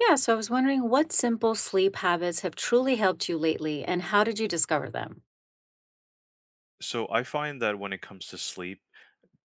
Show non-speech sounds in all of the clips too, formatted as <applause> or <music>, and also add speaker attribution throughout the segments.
Speaker 1: Yeah, so I was wondering what simple sleep habits have truly helped you lately and how did you discover them?
Speaker 2: So I find that when it comes to sleep,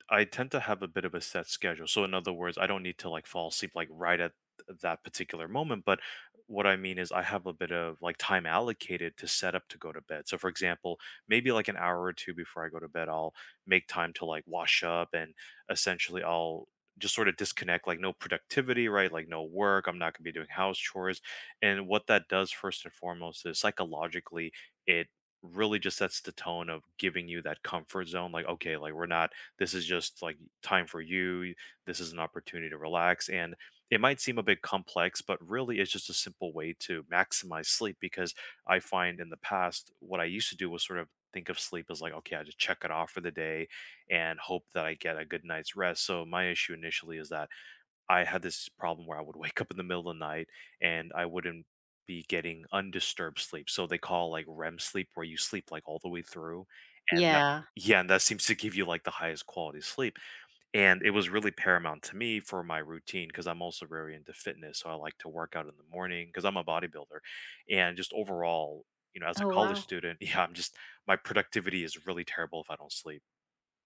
Speaker 2: I tend to have a bit of a set schedule. So in other words, I don't need to like fall asleep like right at that particular moment, but what I mean is I have a bit of like time allocated to set up to go to bed. So for example, maybe like an hour or two before I go to bed, I'll make time to like wash up and essentially I'll just sort of disconnect like no productivity, right? Like no work, I'm not going to be doing house chores. And what that does first and foremost is psychologically it really just sets the tone of giving you that comfort zone like okay, like we're not, this is just like time for you. This is an opportunity to relax. And it might seem a bit complex, but really it's just a simple way to maximize sleep because I find in the past, what I used to do was sort of think of sleep as like, okay, I just check it off for the day and hope that I get a good night's rest. So my issue initially is that I had this problem where I would <laughs> wake up in the middle of the night and I wouldn't be getting undisturbed sleep. So they call like REM sleep where you sleep like all the way through. And that,
Speaker 1: Yeah.
Speaker 2: yeah, and that seems to give you like the highest quality sleep. And it was really paramount to me for my routine because I'm also very into fitness. So I like to work out in the morning because I'm a bodybuilder. And just overall, as a
Speaker 1: Oh,
Speaker 2: college
Speaker 1: wow.
Speaker 2: student, <laughs> yeah, I'm just, my productivity is really terrible if I don't sleep.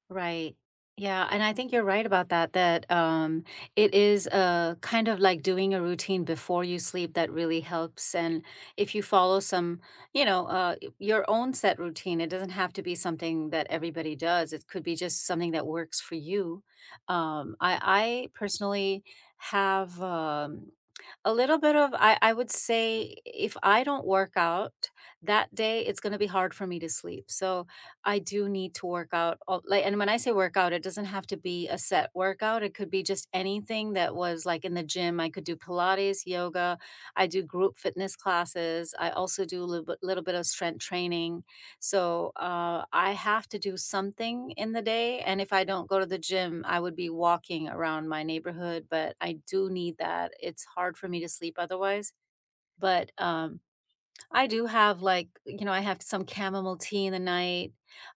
Speaker 1: Right. Yeah, and I think you're right about that, that it is, kind of like doing a routine before you sleep that really helps, and if you follow some, you know, y your own set routine, it doesn't have to be something that everybody does, it could be just something that works for you. I personally have a little bit of I would say if I don't work out that day, it's gonna be hard for me to sleep, so I do need to work out all like and when I say workout, it doesn't have to be a set workout. It could be just anything that was like in the gym. I could do Pilates, yoga. I do group fitness classes. I also do a little bit of strength training. So I have to do something in the day. And if I don't go to the gym, I would be walking around my neighborhood. But I do need that. It's hard for me to sleep otherwise. But I do have, like, you know, I have some chamomile tea in the night.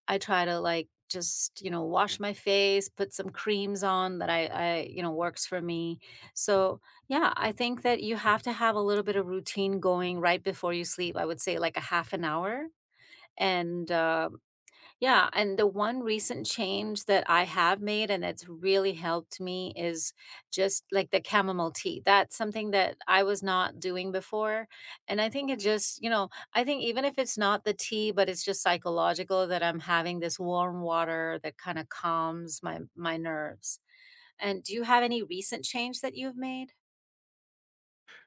Speaker 1: I try to, like, just, you know, wash my face, put some creams on that I you know, works for me. So, yeah, I think that you have to have a little bit of routine going right before you sleep. I would say like a half an hour. And, yeah, and the one recent change that I have made and that's really helped me is just like the chamomile tea. That's something that I was not doing before. And I think it just, you know, I think even if it's not the tea, but it's just psychological that I'm having this warm water that kind of calms my nerves. And do you have any recent change that you've made?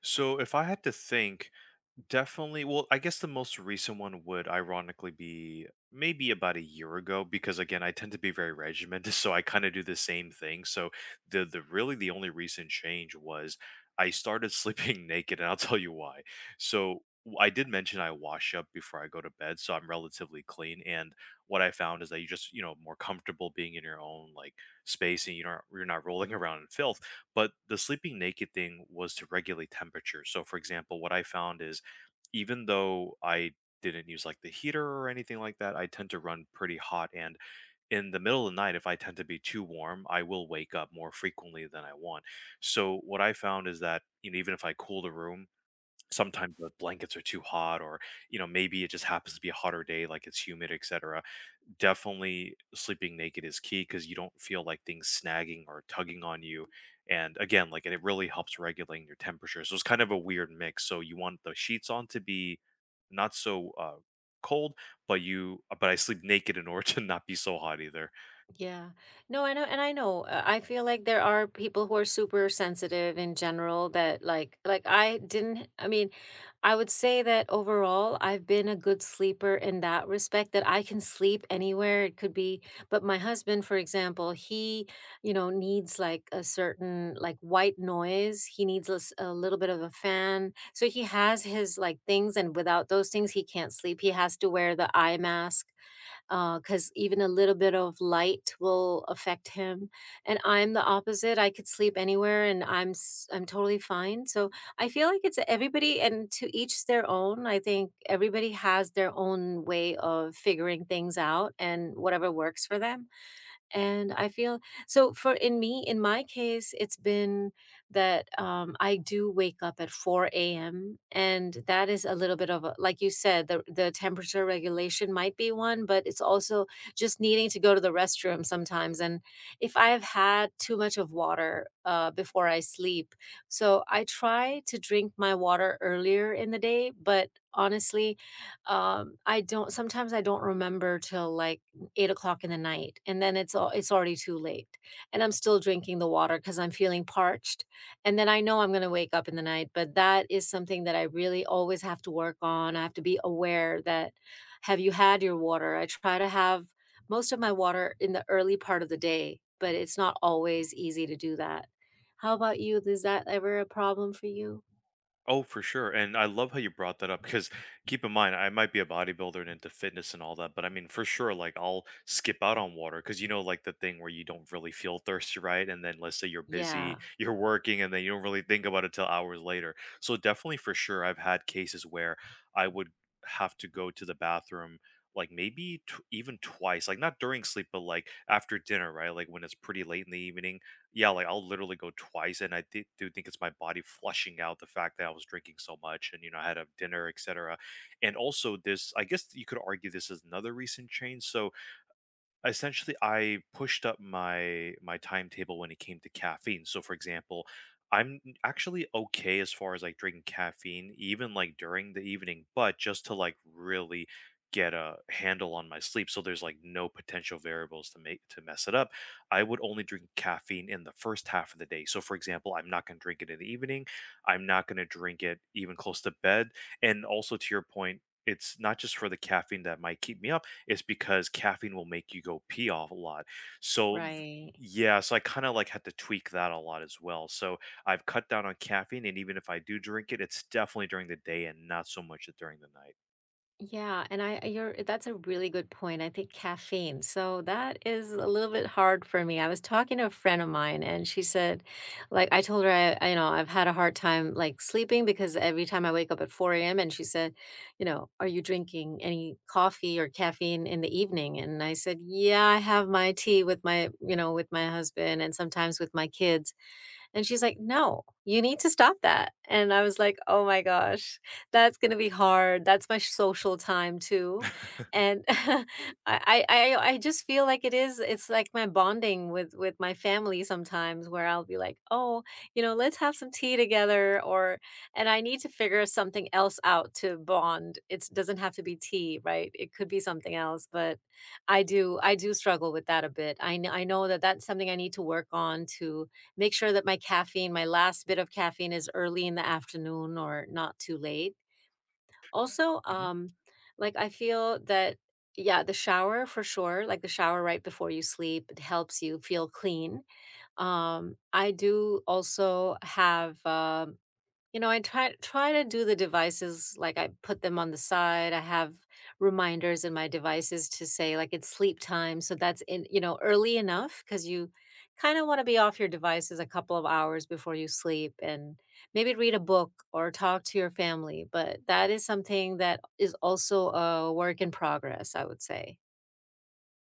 Speaker 2: So if I had to think, definitely. Well, I guess the most recent one would ironically be maybe about a year ago because again, I tend to be very regimented, <laughs> so I kind of do the same thing. So the really the only recent change was I started sleeping <laughs> naked, and I'll tell you why. So I did mention I wash up before I go to bed, so I'm relatively clean. And what I found is that you just, you know, more comfortable being in your own like space and you do not, you're not rolling <laughs> around in filth. But the sleeping naked thing was to regulate temperature. So for example, what I found is even though I didn't use like the heater or anything like that, I tend to run pretty hot. And in the middle of the night, if I tend to be too warm, I will wake up more frequently than I want. So what I found is that you know, even if I cool the room, sometimes the blankets are too hot, or you know, maybe it just happens to be a hotter day, like it's humid, etc. Definitely sleeping naked is key because you don't feel like things snagging or tugging on you. And again, like it really helps regulating your temperature. So it's kind of a weird mix. So you want the sheets on to be not so cold, but you, but I sleep naked in order <laughs> to not be so hot either.
Speaker 1: Yeah. No, I know, and I know. I feel like there are people who are super sensitive in general that like I didn't I mean, I would say that overall I've been a good sleeper in that respect that I can sleep anywhere it could be, but my husband for example, he, you know, needs like a certain like white noise. He needs a, s- a little bit of a fan. So he has his like things and without those things he can't sleep. He has to wear the eye mask because even a little bit of light will affect him. And I'm the opposite. I could sleep anywhere, and I'm totally fine. So I feel like it's everybody, and to each their own. I think everybody has their own way of figuring things out, and whatever works for them. And I feel so for in me, in my case, it's been that I do wake up at 4 a.m. And that is a little bit of a, like you said, the temperature regulation might be one, but it's also just needing to go to the restroom sometimes. And if I have had too much of water before I sleep, so I try to drink my water earlier in the day, but honestly, I don't, sometimes I don't remember till like 8 o'clock in the night, and then it's all it's already too late, and I'm still drinking the water because 'cause I'm feeling parched, and then I know I'm gonna wake up in the night, but that is something that I really always have to work on, I have to be aware that, "Have you had your water?" I try to have most of my water in the early part of the day, but it's not always easy to do that. How about you? Is that ever a problem for you?
Speaker 2: Oh, for sure. And I love how you brought that up because keep in mind, I might be a bodybuilder and into fitness and all that, but I mean, for sure, like I'll skip out on water because you know, like the thing where you don't really feel thirsty, right? And then let's say you're busy,
Speaker 1: Yeah,
Speaker 2: you're working, and then you don't really think about it till hours later. So, definitely for sure, I've had cases where I would have to go to the bathroom like maybe even twice, like not during sleep, but like after dinner, right? Like when it's pretty late in the evening, yeah, like I'll literally go twice, and I thi do think it's my body flushing out the fact that I was drinking so much, and you know, I had a dinner, etc. And also, this, I guess you could argue this is another recent change. So essentially I pushed up my timetable when it came to caffeine. So for example, I'm actually okay as far as like drinking caffeine even like during the evening, but just to like really get a handle on my sleep so there's like no potential variables to make to mess it up. I would only drink caffeine in the first half of the day. So for example, I'm not going to drink it in the evening. I'm not going to drink it even close to bed. And also to your point, it's not just for the caffeine that might keep me up is because caffeine will make you go pee off a lot. So
Speaker 1: right.
Speaker 2: yeah, so I kind of like had to tweak that a lot as well. So I've cut down on caffeine, and even if I do drink it, it's definitely during the day and not so much during the
Speaker 1: Yeah, and I you're that's a really good point. I think caffeine. So that is a little bit hard for me. I was talking to a friend of mine and she said like I told her I- you know, I've had a hard time like sleeping because every time I wake up at 4 a.m. and she said, you know, are you drinking any coffee or caffeine in the evening? And I said, yeah, I have my tea with my, you know, with my husband and sometimes with my kids. And she's like, "No, you need to stop that." And I was like, "Oh my gosh, that's gonna be hard. That's my social time too."
Speaker 2: night.
Speaker 1: And <laughs> I, I just feel like it is it's like my bonding with my family sometimes where I'll be like, "Oh, you know, let's have some tea together or and I need to figure something else out to bond. It doesn't have to be tea, right? It could be something else, but I do struggle with that a bit. I kn- I know that that's something I need to work on to make sure that my caffeine, my last bit of caffeine is early in the afternoon or not too late. Also,
Speaker 2: <laughs>
Speaker 1: like I feel that, yeah, the shower for sure, like the shower right before you sleep, it helps you feel clean. I do also have, you know, I try to do the devices like I put them on the side. I have reminders in my devices to say like it's sleep time, so that's in you know early enough because you kind of want to be off your devices a couple of hours before you sleep and maybe read a book or talk to your family. But that is something that is also a work in progress, I would say.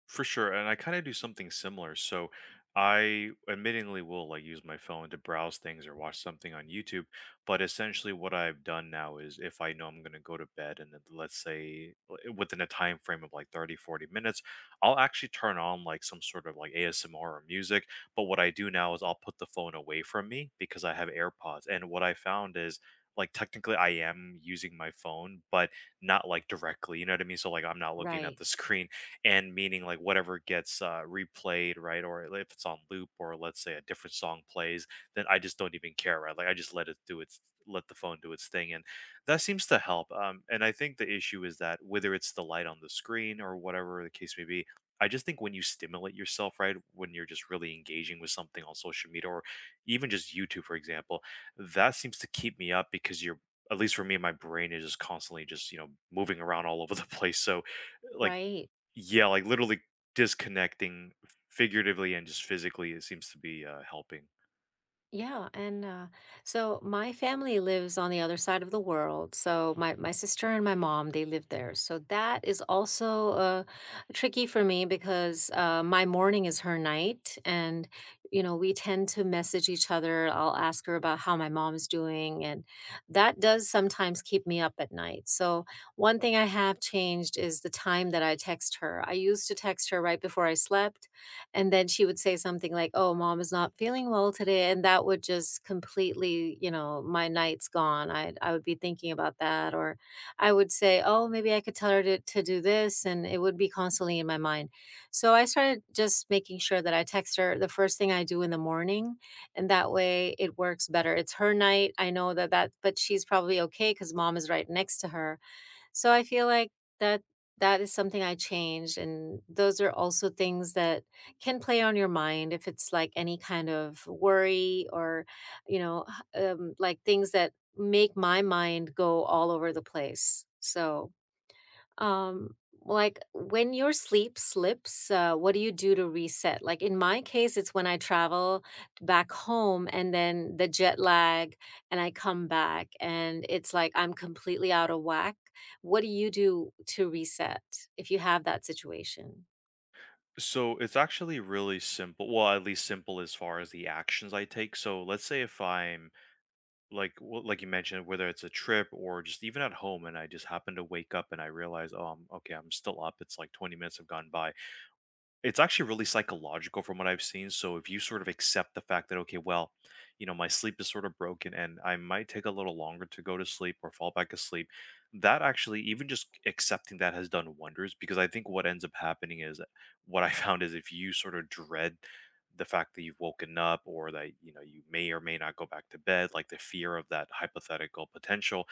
Speaker 2: For sure, and I kind of do something similar. So I admittingly will like use my phone to browse things or watch something on YouTube, but essentially what I've done now is if I know I'm going to go to bed and then let's say within a time frame of like 30, 40 minutes, I'll actually turn on like some sort of like ASMR or music, but what I do now is I'll put the phone away from me because I have AirPods. And what I found is like technically I am using my phone, but not like directly, you know what I mean? So like I'm not looking at
Speaker 1: Right.
Speaker 2: the screen and meaning like whatever gets replayed, right? Or if it's on loop, or let's say a different song plays, then I just don't even care, right? Like I just let it do its, let the phone do its thing, and that seems to help. And I think the issue is that whether it's the light on the screen or whatever the case may be. I just think when you stimulate yourself, right, when you're just really engaging with something on social media or even just YouTube, for example, that seems to keep me up because you're, at least for me, my brain is just constantly just, you know, moving around all over the <laughs> place. So, like,
Speaker 1: Right.
Speaker 2: yeah, like, literally disconnecting figuratively and just physically, it seems to be, helping.
Speaker 1: Yeah, and so my family lives on the other side of the world. So my sister and my mom, they live there. So that is also tricky for me because my morning is her night, and you know we tend to message each other. I'll ask her about how my mom's doing, and that does sometimes keep me up at night. So one thing I have changed is the time that I text her. I used to text her right before I slept and then she would say something like, "Oh, mom is not feeling well today." And that would just completely, you know, my night's gone. I would be thinking about that or I would say, "Oh, maybe I could tell her to do this." And it would be constantly in my mind. So I started just making sure that I text her the first thing I do in the morning, and that way it works better. It's her night. I know that that but she's probably okay cuz mom is right next to her so I feel like that that is something I changed and those are also things that can play on your mind if it's like any kind of worry or you know, like things that make my mind go all over the place. So um, like when your sleep slips, what do you do to reset? Like in my case, it's when I travel back home and then the jet lag and I come back and it's like I'm completely out of whack. What do you do to reset if you have that situation?
Speaker 2: So, it's actually really simple, well, at least simple as far as the actions I take. So, let's say if I'm like well, like you mentioned, whether it's a trip or just even at home and I just happen to wake up and I realize, "Oh, I'm okay, I'm still up, it's like 20 minutes have gone by." It's actually really psychological from what I've seen, so if you sort of accept the fact that, "Okay, well, you know, my sleep is sort of broken and I might take a little longer to go to sleep or fall back asleep," that actually even just accepting that has done wonders because I think what ends up happening is what I <laughs> found is if you sort of dread the fact that you've woken up or that, you know, you may or may not go back to bed, like the fear of that hypothetical potential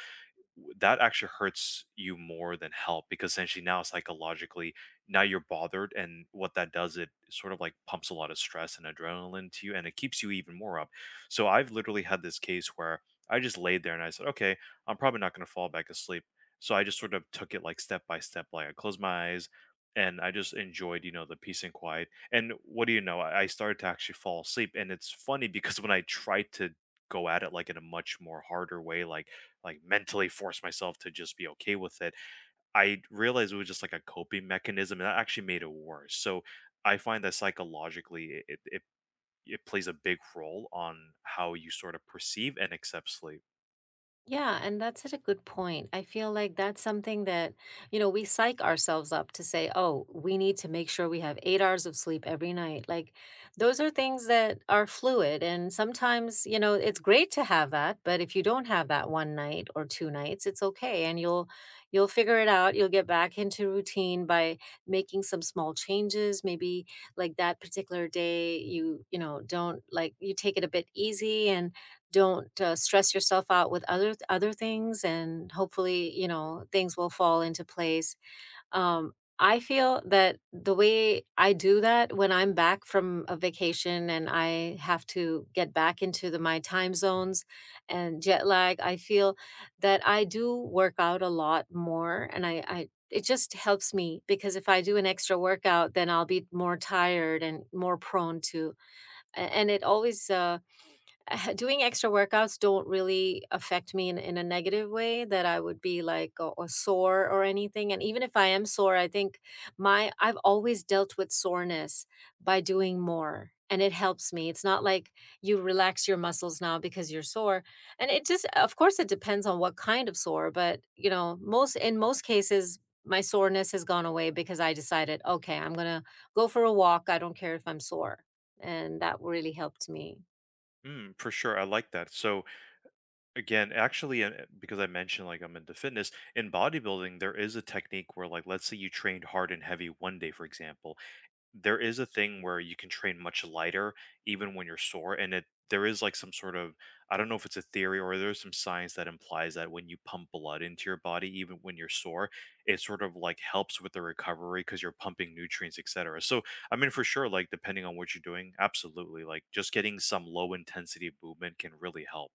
Speaker 2: that actually hurts you more than help because essentially now psychologically now you're bothered and what that does it sort of like pumps a lot of stress and adrenaline to you and it keeps you even more up. So I've literally had this case where I just laid there and I said okay, I'm probably not going to fall back asleep, so I just sort of took it like step by step, like I closed my eyes and I just enjoyed you know the peace and quiet, and what do you know, I started to actually fall asleep and it's funny because when I tried to go at it like in a much more harder way, like mentally force myself to just be okay with it. I realized it was just like a coping mechanism and that actually made it worse. So I find that psychologically it plays a big role on how you sort of perceive and accept sleep.
Speaker 1: Yeah, and that's such a good point. I feel like that's something that, you know, we psych ourselves up to say, oh, we need to make sure we have 8 hours of sleep every night. Like, those are things that are fluid. And sometimes, you know, it's great to have that, but if you don't have that one night or two nights, it's okay. And you'll figure it out. You'll get back into routine by making some small changes. Maybe like that particular day, you know, don't like, you take it a bit easy and don't, stress yourself out with other things, and hopefully, you know, things will fall into place. Um, I feel that the way I do that when I'm back from a vacation and I have to get back into the my time zones and jet lag, I feel that I do work out a lot more, and I it just helps me because if I do an extra workout, then I'll be more tired and more prone to a and it always, <laughs> doing extra workouts don't really affect me in a negative way that I would be like or sore or anything. And even if I am sore, I think my I've always dealt with soreness by doing more. And it helps me. It's not like you relax your muscles now because you're sore. And it just of course it depends on what kind of sore, but you know, most in most cases my soreness has gone away because I decided, okay, I'm gonna go for a walk. I don't care if I'm sore. And that really helped me.
Speaker 2: Mm, for sure, I like that. So again, actually, because I mentioned like I'm into fitness in bodybuilding, there is a technique where like let's say you trained hard and heavy one day, for example, there is a thing where you can train much lighter even when you're sore and it there is like some sort of, I don't know if it's a theory or there's some science that implies that when you pump blood into your body even when you're sore it sort of like helps with the recovery because you're pumping nutrients etc. So I mean for sure, like depending on what you're doing, absolutely like just getting some low intensity movement can really help.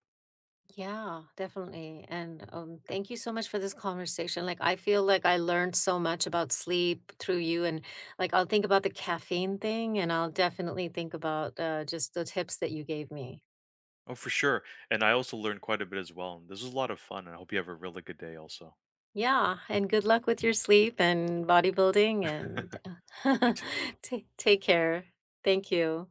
Speaker 1: Yeah, definitely. And thank you so much for this conversation. Like, I feel like I learned so much about sleep through you. And like, I'll think about the caffeine thing and I'll definitely think about just the tips that you gave me.
Speaker 2: Oh for sure, and I also learned quite a bit as well and this was a lot of fun and I hope you have a really good day also.
Speaker 1: Yeah. And good luck with your sleep and bodybuilding and
Speaker 2: You
Speaker 1: <laughs>
Speaker 2: too.
Speaker 1: ta- take care. Thank you.